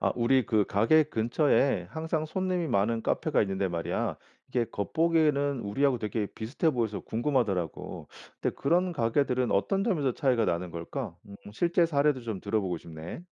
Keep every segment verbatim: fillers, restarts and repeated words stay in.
아, 우리 그 가게 근처에 항상 손님이 많은 카페가 있는데 말이야. 이게 겉보기에는 우리하고 되게 비슷해 보여서 궁금하더라고. 근데 그런 가게들은 어떤 점에서 차이가 나는 걸까? 음, 실제 사례도 좀 들어보고 싶네.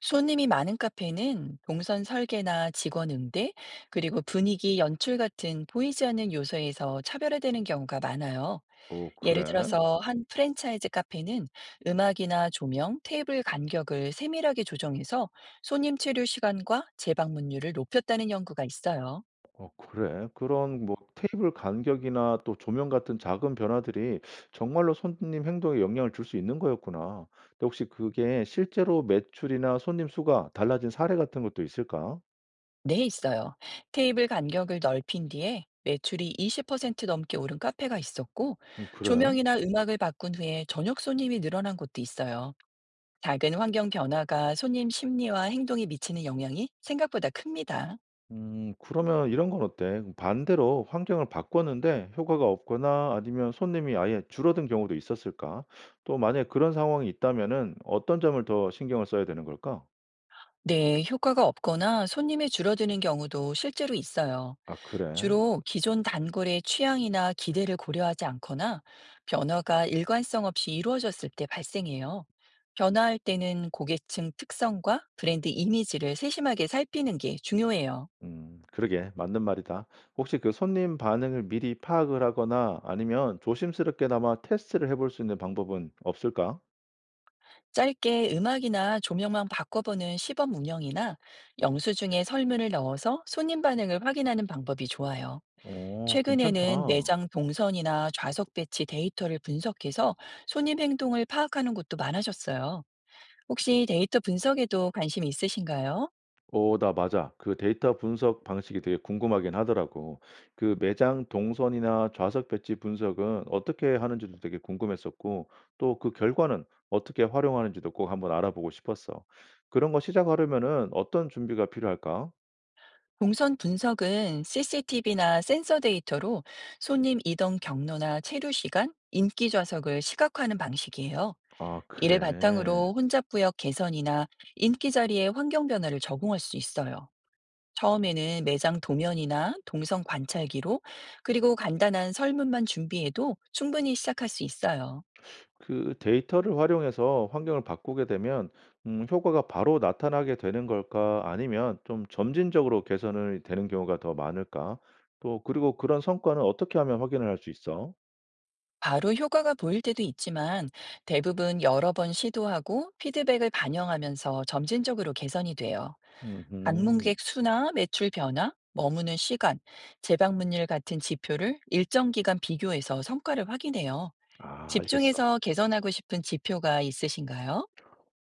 손님이 많은 카페는 동선 설계나 직원 응대, 그리고 분위기 연출 같은 보이지 않는 요소에서 차별화되는 경우가 많아요. 오 예를 그래? 들어서 한 프랜차이즈 카페는 음악이나 조명, 테이블 간격을 세밀하게 조정해서 손님 체류 시간과 재방문율을 높였다는 연구가 있어요. 어, 그래? 그런 뭐 테이블 간격이나 또 조명 같은 작은 변화들이 정말로 손님 행동에 영향을 줄 수 있는 거였구나. 근데 혹시 그게 실제로 매출이나 손님 수가 달라진 사례 같은 것도 있을까? 네, 있어요. 테이블 간격을 넓힌 뒤에 매출이 이십 퍼센트 넘게 오른 카페가 있었고, 음, 그래? 조명이나 음악을 바꾼 후에 저녁 손님이 늘어난 곳도 있어요. 작은 환경 변화가 손님 심리와 행동에 미치는 영향이 생각보다 큽니다. 음, 그러면 이런 건 어때? 반대로 환경을 바꿨는데 효과가 없거나 아니면 손님이 아예 줄어든 경우도 있었을까? 또 만약 그런 상황이 있다면은 어떤 점을 더 신경을 써야 되는 걸까? 네, 효과가 없거나 손님이 줄어드는 경우도 실제로 있어요. 아, 그래. 주로 기존 단골의 취향이나 기대를 고려하지 않거나 변화가 일관성 없이 이루어졌을 때 발생해요. 변화할 때는 고객층 특성과 브랜드 이미지를 세심하게 살피는 게 중요해요. 음, 그러게. 맞는 말이다. 혹시 그 손님 반응을 미리 파악을 하거나 아니면 조심스럽게나마 테스트를 해볼 수 있는 방법은 없을까? 짧게 음악이나 조명만 바꿔보는 시범 운영이나 영수증에 설문을 넣어서 손님 반응을 확인하는 방법이 좋아요. 오, 괜찮다. 최근에는 매장 동선이나 좌석 배치 데이터를 분석해서 손님 행동을 파악하는 곳도 많아졌어요. 혹시 데이터 분석에도 관심 있으신가요? 어 나 맞아. 그 데이터 분석 방식이 되게 궁금하긴 하더라고. 그 매장 동선이나 좌석 배치 분석은 어떻게 하는지도 되게 궁금했었고, 또 그 결과는 어떻게 활용하는지도 꼭 한번 알아보고 싶었어. 그런 거 시작하려면은 어떤 준비가 필요할까? 동선 분석은 씨씨티비나 센서 데이터로 손님 이동 경로나 체류 시간, 인기 좌석을 시각화하는 방식이에요. 아, 이를 그래. 바탕으로 혼잡 구역 개선이나 인기 자리의 환경 변화를 적응할 수 있어요. 처음에는 매장 도면이나 동선 관찰기로 그리고 간단한 설문만 준비해도 충분히 시작할 수 있어요. 그 데이터를 활용해서 환경을 바꾸게 되면 음 효과가 바로 나타나게 되는 걸까? 아니면 좀 점진적으로 개선이 되는 경우가 더 많을까? 또 그리고 그런 성과는 어떻게 하면 확인을 할 수 있어? 바로 효과가 보일 때도 있지만 대부분 여러 번 시도하고 피드백을 반영하면서 점진적으로 개선이 돼요. 음 방문객 수나 매출 변화, 머무는 시간, 재방문율 같은 지표를 일정 기간 비교해서 성과를 확인해요. 아 알겠어. 집중해서 개선하고 싶은 지표가 있으신가요?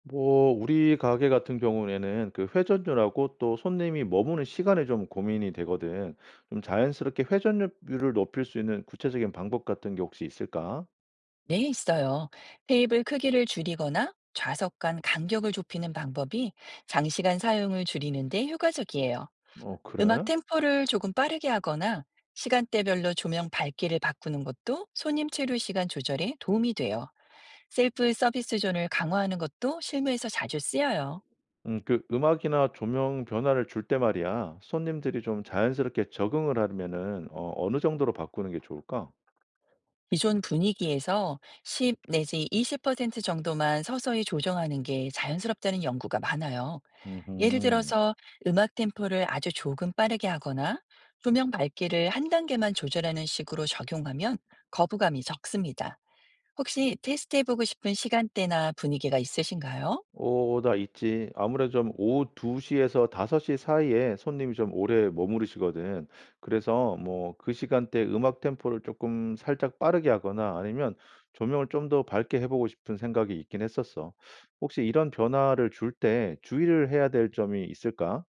뭐 우리 가게 같은 경우에는 그 회전율하고 또 손님이 머무는 시간에 좀 고민이 되거든. 좀 자연스럽게 회전율을 높일 수 있는 구체적인 방법 같은 게 혹시 있을까? 네, 있어요. 테이블 크기를 줄이거나 좌석 간 간격을 좁히는 방법이 장시간 사용을 줄이는데 효과적이에요. 어 음악 그래? 템포를 조금 빠르게 하거나 시간대별로 조명 밝기를 바꾸는 것도 손님 체류 시간 조절에 도움이 돼요. 셀프 서비스 존을 강화하는 것도 실무에서 자주 쓰여요. 음 그 음악이나 조명 변화를 줄 때 말이야. 손님들이 좀 자연스럽게 적응을 하려면은 어 어느 정도로 바꾸는 게 좋을까? 기존 분위기에서 십 내지 이십 퍼센트 정도만 서서히 조정하는 게 자연스럽다는 연구가 많아요. 예를 음 들어서 음악 템포를 아주 조금 빠르게 하거나 조명 밝기를 한 단계만 조절하는 식으로 적용하면 거부감이 적습니다. 혹시 테스트해보고 싶은 시간대나 분위기가 있으신가요? 오, 나 있지. 아무래도 좀 오후 두 시에서 다섯 시 사이에 손님이 좀 오래 머무르시거든. 그래서 뭐 그 시간대 음악 템포를 조금 살짝 빠르게 하거나 아니면 조명을 좀 더 밝게 해 보고 싶은 생각이 있긴 했었어. 혹시 이런 변화를 줄 때 주의를 해야 될 점이 있을까?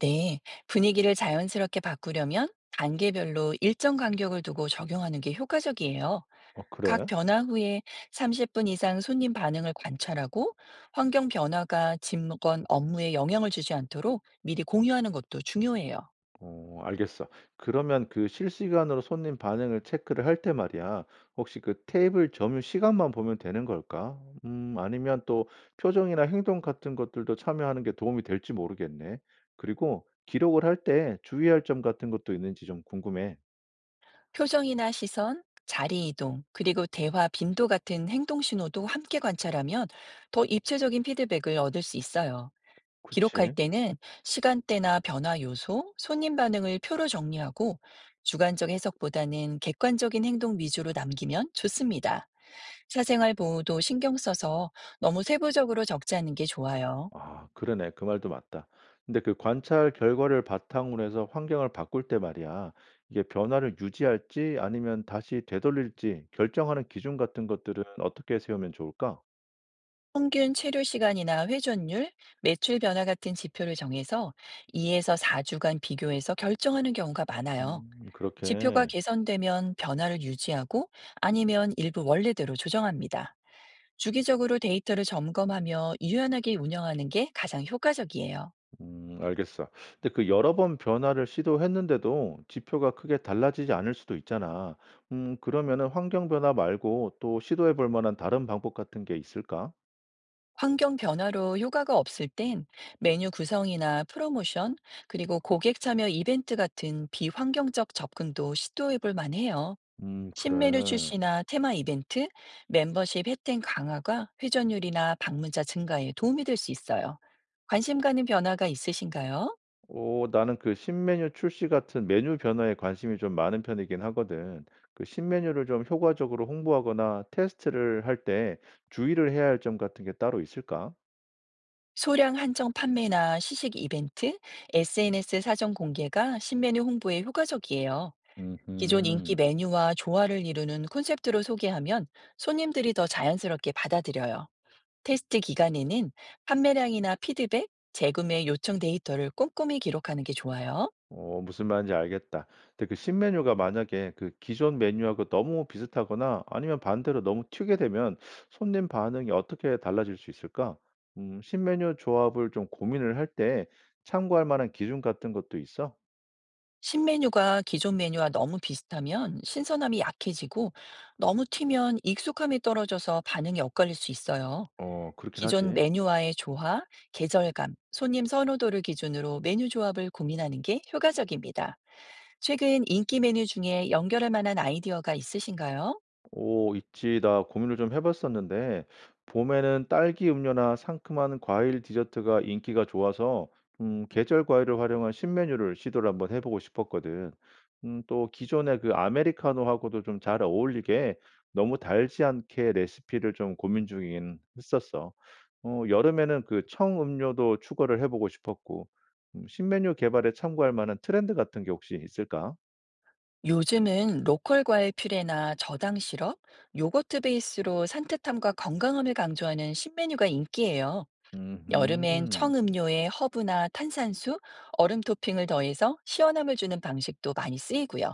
네, 분위기를 자연스럽게 바꾸려면 단계별로 일정 간격을 두고 적용하는 게 효과적이에요. 어 각 그래? 변화 후에 삼십 분 이상 손님 반응을 관찰하고 환경 변화가 직원 업무에 영향을 주지 않도록 미리 공유하는 것도 중요해요. 어 알겠어. 그러면 그 실시간으로 손님 반응을 체크를 할 때 말이야. 혹시 그 테이블 점유 시간만 보면 되는 걸까? 음 아니면 또 표정이나 행동 같은 것들도 참여하는 게 도움이 될지 모르겠네. 그리고 기록을 할 때 주의할 점 같은 것도 있는지 좀 궁금해. 표정이나 시선, 자리 이동, 그리고 대화 빈도 같은 행동 신호도 함께 관찰하면 더 입체적인 피드백을 얻을 수 있어요. 기록할 그치? 때는 시간대나 변화 요소, 손님 반응을 표로 정리하고 주관적 해석보다는 객관적인 행동 위주로 남기면 좋습니다. 사생활 보호도 신경 써서 너무 세부적으로 적지 않은 게 좋아요. 아 그러네. 그 말도 맞다. 근데 그 관찰 결과를 바탕으로 해서 환경을 바꿀 때 말이야. 이게 변화를 유지할지 아니면 다시 되돌릴지 결정하는 기준 같은 것들은 어떻게 세우면 좋을까? 평균 체류 시간이나 회전율, 매출 변화 같은 지표를 정해서 이에서 사 주간 비교해서 결정하는 경우가 많아요. 음 지표가 그렇게. 개선되면 변화를 유지하고 아니면 일부 원래대로 조정합니다. 주기적으로 데이터를 점검하며 유연하게 운영하는 게 가장 효과적이에요. 음 알겠어. 근데 그 여러 번 변화를 시도했는데도 지표가 크게 달라지지 않을 수도 있잖아. 음 그러면은 환경 변화 말고 또 시도해 볼 만한 다른 방법 같은 게 있을까? 환경 변화로 효과가 없을 땐 메뉴 구성이나 프로모션, 그리고 고객 참여 이벤트 같은 비환경적 접근도 시도해 볼 만해요. 음 신메뉴 그래. 출시나 테마 이벤트, 멤버십 혜택 강화가 회전율이나 방문자 증가에 도움이 될 수 있어요. 관심 가는 변화가 있으신가요? 오 나는 그 신메뉴 출시 같은 메뉴 변화에 관심이 좀 많은 편이긴 하거든. 그 신메뉴를 좀 효과적으로 홍보하거나 테스트를 할 때 주의를 해야 할 점 같은 게 따로 있을까? 소량 한정 판매나 시식 이벤트, 에스엔에스 사전 공개가 신메뉴 홍보에 효과적이에요. 기존 인기 음, 메뉴와 조화를 이루는 콘셉트로 소개하면 손님들이 더 자연스럽게 받아들여요. 테스트 기간에는 판매량이나 피드백, 재구매 요청 데이터를 꼼꼼히 기록하는 게 좋아요. 어, 무슨 말인지 알겠다. 근데 그 신메뉴가 만약에 그 기존 메뉴하고 너무 비슷하거나 아니면 반대로 너무 튀게 되면 손님 반응이 어떻게 달라질 수 있을까? 음, 신메뉴 조합을 좀 고민을 할 때 참고할 만한 기준 같은 것도 있어? 신메뉴가 기존 메뉴와 너무 비슷하면 신선함이 약해지고 너무 튀면 익숙함이 떨어져서 반응이 엇갈릴 수 있어요. 어, 그렇긴 기존 하지. 메뉴와의 조화, 계절감, 손님 선호도를 기준으로 메뉴 조합을 고민하는 게 효과적입니다. 최근 인기 메뉴 중에 연결할 만한 아이디어가 있으신가요? 오, 있지. 나 고민을 좀 해봤었는데, 봄에는 딸기 음료나 상큼한 과일 디저트가 인기가 좋아서, 음, 계절 과일을 활용한 신메뉴를 시도를 한번 해보고 싶었거든. 음, 또 기존의 그 아메리카노하고도 좀 잘 어울리게 너무 달지 않게 레시피를 좀 고민 중이긴 했었어. 어, 여름에는 그 청음료도 추가를 해보고 싶었고, 음, 신메뉴 개발에 참고할 만한 트렌드 같은 게 혹시 있을까? 요즘은 로컬 과일 퓨레나 저당 시럽, 요거트 베이스로 산뜻함과 건강함을 강조하는 신메뉴가 인기예요. 여름엔 음, 청음료에 허브나 탄산수, 얼음 토핑을 더해서 시원함을 주는 방식도 많이 쓰이고요.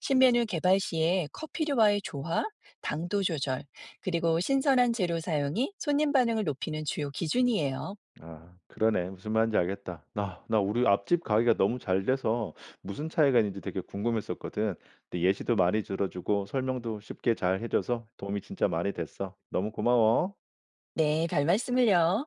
신메뉴 개발 시에 커피류와의 조화, 당도 조절, 그리고 신선한 재료 사용이 손님 반응을 높이는 주요 기준이에요. 아 그러네. 무슨 말인지 알겠다. 나 나 우리 앞집 가게가 너무 잘 돼서 무슨 차이가 있는지 되게 궁금했었거든. 근데 예시도 많이 들어 주고 설명도 쉽게 잘 해 줘서 도움이 진짜 많이 됐어. 너무 고마워. 네, 별 말씀을요.